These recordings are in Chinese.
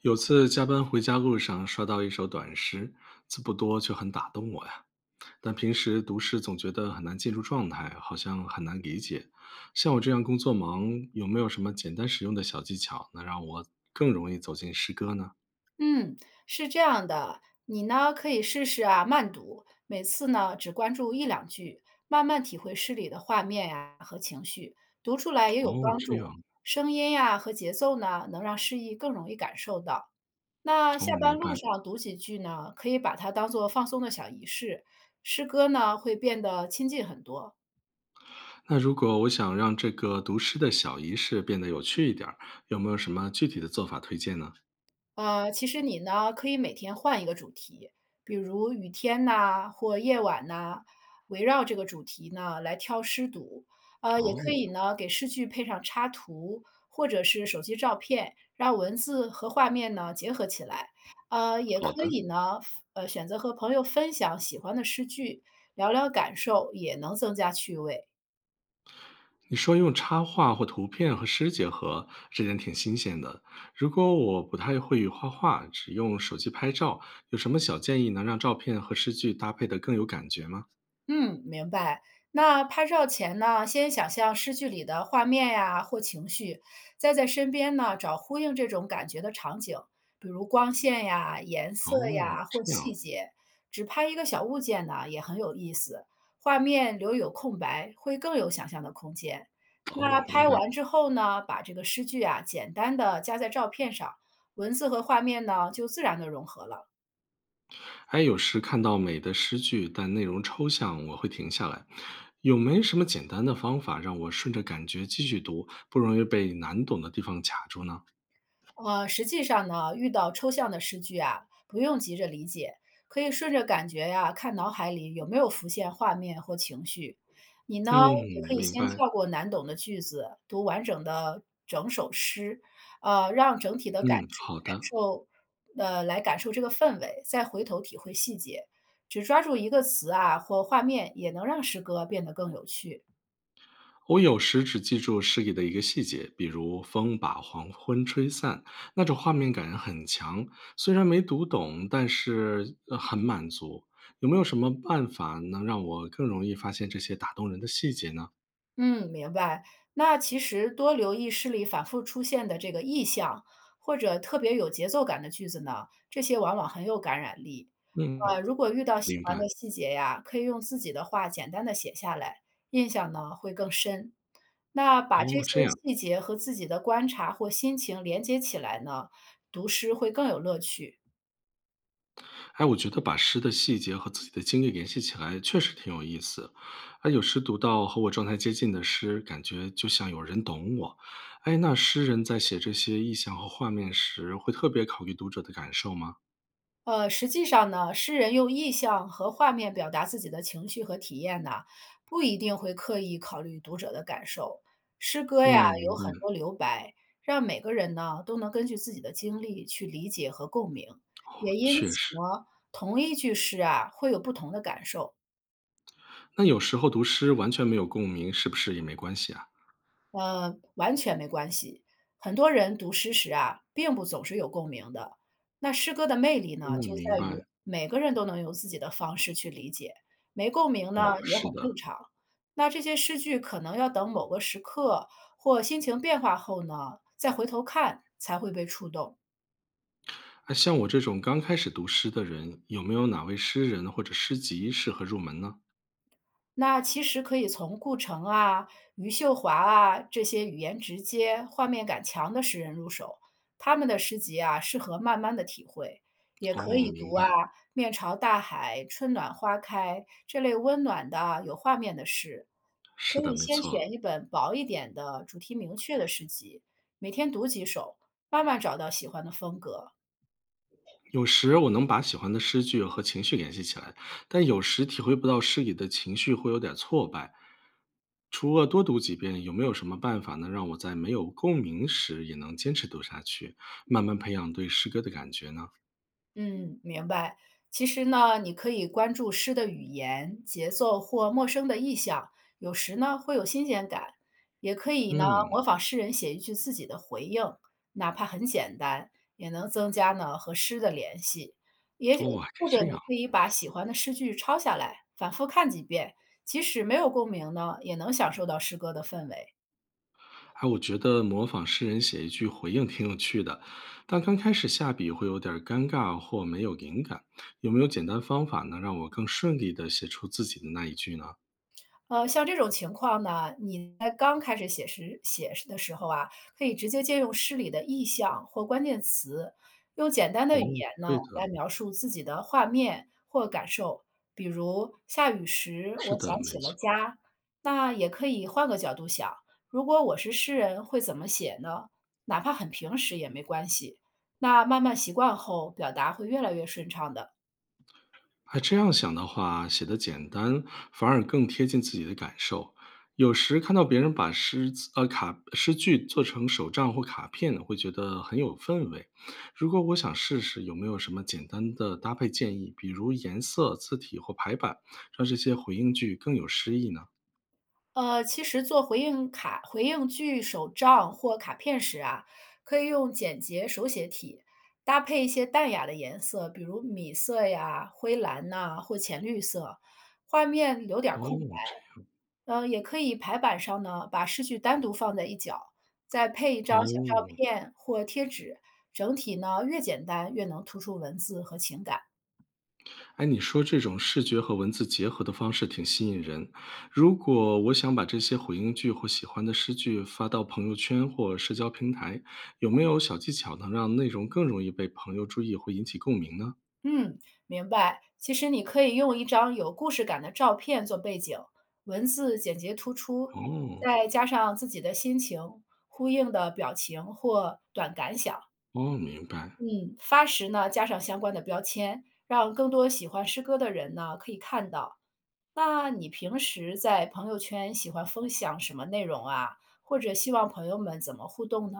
有次加班回家路上刷到一首短诗，字不多却很打动我呀。但平时读诗总觉得很难进入状态，好像很难理解。像我这样工作忙，有没有什么简单实用的小技巧，能让我更容易走进诗歌呢？嗯，是这样的，你呢可以试试啊慢读，每次呢只关注一两句，慢慢体会诗里的画面呀、和情绪，读出来也有哦，帮这样。助。声音呀、和节奏呢，能让诗意更容易感受到。那哦，下班明路白。上读几句呢，可以把它当做放松的小仪式，诗歌呢会变得亲近很多。那如果我想让这个读诗的小仪式变得有趣一点儿，有没有什么具体的做法推荐呢？其实你呢，可以每天换一个主题，比如雨天呐，或夜晚呐，围绕这个主题呢来挑诗读。也可哦，以呢给诗句配上插图或者是手机照片，让文字和画面呢结合起来。呃，也好可的。以呢，呃，选择和朋友分享喜欢的诗句，聊聊感受，也能增加趣味。你说用插画或图片和诗结合，这点挺新鲜的。如果我不太会画画，只用手机拍照，有什么小建议能让照片和诗句搭配的更有感觉吗？嗯，明白。那拍照前呢，先想象诗句里的画面呀或情绪，再在身边呢找呼应这种感觉的场景，比如光线呀、颜色哦，呀或这样。细节。只拍一个小物件呢也很有意思，画面留有空白会更有想象的空间。那哦，明拍完白。之后呢，把这个诗句啊简单的加在照片上，文字和画面呢就自然的融合了。哎，有时看到美的诗句，但内容抽象，我会停下来。有没什么简单的方法让我顺着感觉继续读，不容易被难懂的地方卡住呢？实际上呢，遇到抽象的诗句啊，不用急着理解，可以顺着感觉呀、看脑海里有没有浮现画面或情绪。你呢，嗯，也可以明先白。跳过难懂的句子，读完整的整首诗，让整体的感嗯，受好感的。受，来感受这个氛围，再回头体会细节。只抓住一个词啊或画面，也能让诗歌变得更有趣。我有时只记住诗里的一个细节，比如“风把黄昏吹散”，那种画面感很强。虽然没读懂，但是很满足。有没有什么办法能让我更容易发现这些打动人的细节呢？嗯，明白。那其实多留意诗里反复出现的这个意象，或者特别有节奏感的句子呢，这些往往很有感染力。嗯，如果遇到喜明欢白。的细节呀，可以用自己的话简单的写下来，印象呢会更深。那把这些哦，这样。细节和自己的观察或心情连接起来呢，读诗会更有乐趣。哎，我觉得把诗的细节和自己的经历联系起来，确实挺有意思。哎，有时读到和我状态接近的诗，感觉就像有人懂我。哎，那诗人在写这些意象和画面时，会特别考虑读者的感受吗？实际上呢，诗人用意象和画面表达自己的情绪和体验呢，不一定会刻意考虑读者的感受。诗歌呀，嗯，有明很多白，留白，让每个人呢都能根据自己的经历去理解和共鸣，也因确此实。呢，同一句诗啊，会有不同的感受。那有时候读诗完全没有共鸣，是不是也没关系啊？完全没关系。很多人读诗时啊，并不总是有共鸣的。那诗歌的魅力嗯，呢，就明在于白。每个人都能用自己的方式去理解，没共鸣哦，呢也是很的。正常。那这些诗句可能要等某个时刻或心情变化后呢，再回头看才会被触动。哎，像我这种刚开始读诗的人，有没有哪位诗人或者诗集适合入门呢？那其实可以从顾城啊、余秀华啊这些语言直接、画面感强的诗人入手，他们的诗集啊适合慢慢的体会，也可哦，以明读白，啊“面朝大海，春暖花开”这类温暖的啊有画面的诗。可是的，以没先选错。一本薄一点的、主题明确的诗集，每天读几首，慢慢找到喜欢的风格。有时我能把喜欢的诗句和情绪联系起来，但有时体会不到诗里的情绪，会有点挫败。除了多读几遍，有没有什么办法能让我在没有共鸣时也能坚持读下去，慢慢培养对诗歌的感觉呢？嗯，明白。其实呢，你可以关注诗的语言、节奏或陌生的意象，有时呢会有新鲜感。也可以呢嗯，模仿诗人写一句自己的回应，哪怕很简单，也能增加呢和诗的联系。也许哦，还或者这你样。可以把喜欢的诗句抄下来，反复看几遍，即使没有共鸣呢，也能享受到诗歌的氛围。哎，我觉得模仿诗人写一句回应挺有趣的，但刚开始下笔会有点儿尴尬或没有灵感。有没有简单方法能让我更顺利的写出自己的那一句呢？像这种情况呢，你在刚开始写诗的时候啊，可以直接借用诗里的意象或关键词，用简单的哦，语言呢对来的，描述自己的画面或感受。比如下雨时，是我的，想没起了错。家。那也可以换个角度想，如果我是诗人，会怎么写呢？哪怕很平实也没关系。那慢慢习惯后，表达会越来越顺畅的。哎，这样想的话，写的简单反而更贴近自己的感受。有时看到别人把诗词卡诗句做成手账或卡片，会觉得很有氛围。如果我想试试，有没有什么简单的搭配建议，比如颜色、字体或排版，让这些回应句更有诗意呢？其实做回应卡、回应句、手账或卡片时啊，可以用简洁手写体，搭配一些淡雅的颜色，比如米色呀、灰蓝呐、或浅绿色，画面留点儿空哦，这白。嗯，也可以排版上呢，把诗句单独放在一角，再样。配一张小照哦，片或贴纸，整体呢越简单越能突出文字和情感。哎，你说这种视觉和文字结合的方式挺吸引人。如果我想把这些回应句或喜欢的诗句发到朋友圈或社交平台，有没有小技巧能让内容更容易被朋友注意，会引起共鸣呢？嗯，明白。其实你可以用一张有故事感的照片做背景，文字简洁突出，哦，再加上自己的心情、呼应的表情或短感想。哦，明白。嗯，发时呢加上相关的标签，让更多喜欢诗歌的人呢可以看到。那你平时在朋友圈喜欢分享什么内容啊？或者希望朋友们怎么互动呢？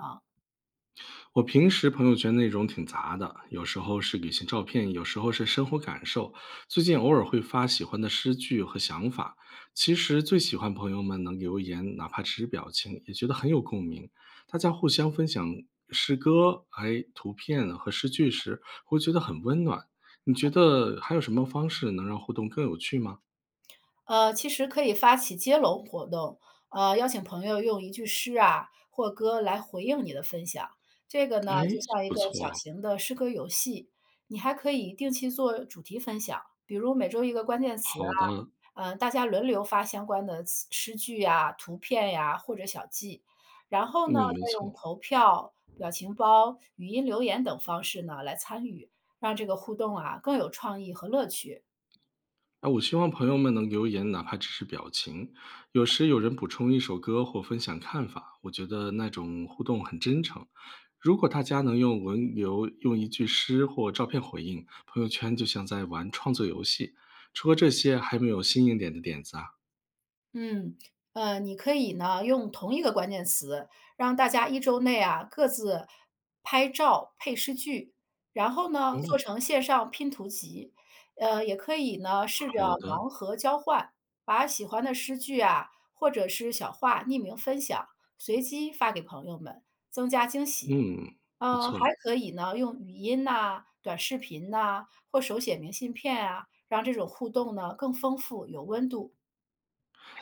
我平时朋友圈内容挺杂的，有时候是旅行照片，有时候是生活感受。最近偶尔会发喜欢的诗句和想法。其实最喜欢朋友们能留言，哪怕只是表情，也觉得很有共鸣。大家互相分享诗歌、哎图片和诗句时，会觉得很温暖。你觉得还有什么方式能让互动更有趣吗？其实可以发起接龙活动，邀请朋友用一句诗啊或歌来回应你的分享。这个呢，就哎，像一不个小错，型的诗歌游戏。你还可以定期做主题分享，比如每周一个关键词好的，啊，大家轮流发相关的词诗句呀、图片呀或者小记。然后呢，嗯，没再用错。投票、表情包、语音留言等方式呢来参与，让这个互动啊更有创意和乐趣。啊，我希望朋友们能留言，哪怕只是表情。有时有人补充一首歌或分享看法，我觉得那种互动很真诚。如果大家能用文流用一句诗或照片回应，朋友圈就像在玩创作游戏。除了这些，还有没有新颖点的点子啊？嗯，你可以呢用同一个关键词，让大家一周内啊各自拍照配诗句，然后呢做哦，成线上拼图集。也可以呢试着好的，盲盒交换，把喜欢的诗句啊或者是小话匿名分享，随机发给朋友们，增加惊喜。嗯，不还错。可以呢用语音呐、短视频呐、或手写明信片啊，让这种互动呢更丰富有温度。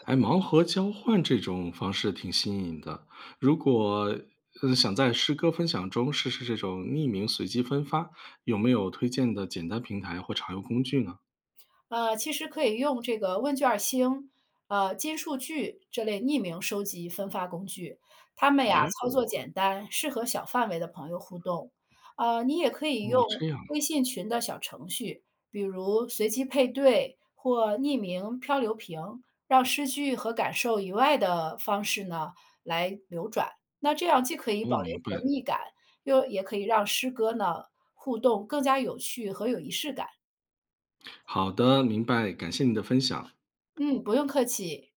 哎，盲盒交换这种方式挺新颖的。如果想在诗歌分享中试试这种匿名随机分发，有没有推荐的简单平台或常用工具呢？其实可以用这个问卷儿星、金数据这类匿名收集分发工具，它们呀操作哦，简单，适合小范围的朋友互动。你也可以哦，用这样。微信群的小程序，比如随机配对或匿名漂流瓶，让诗句和感受以外的方式呢来流转。那这样既可以保哦，留明白。神秘感，又也可以让诗歌呢互动更加有趣和有仪式感。好的，明白，感谢你的分享。嗯，不用客气。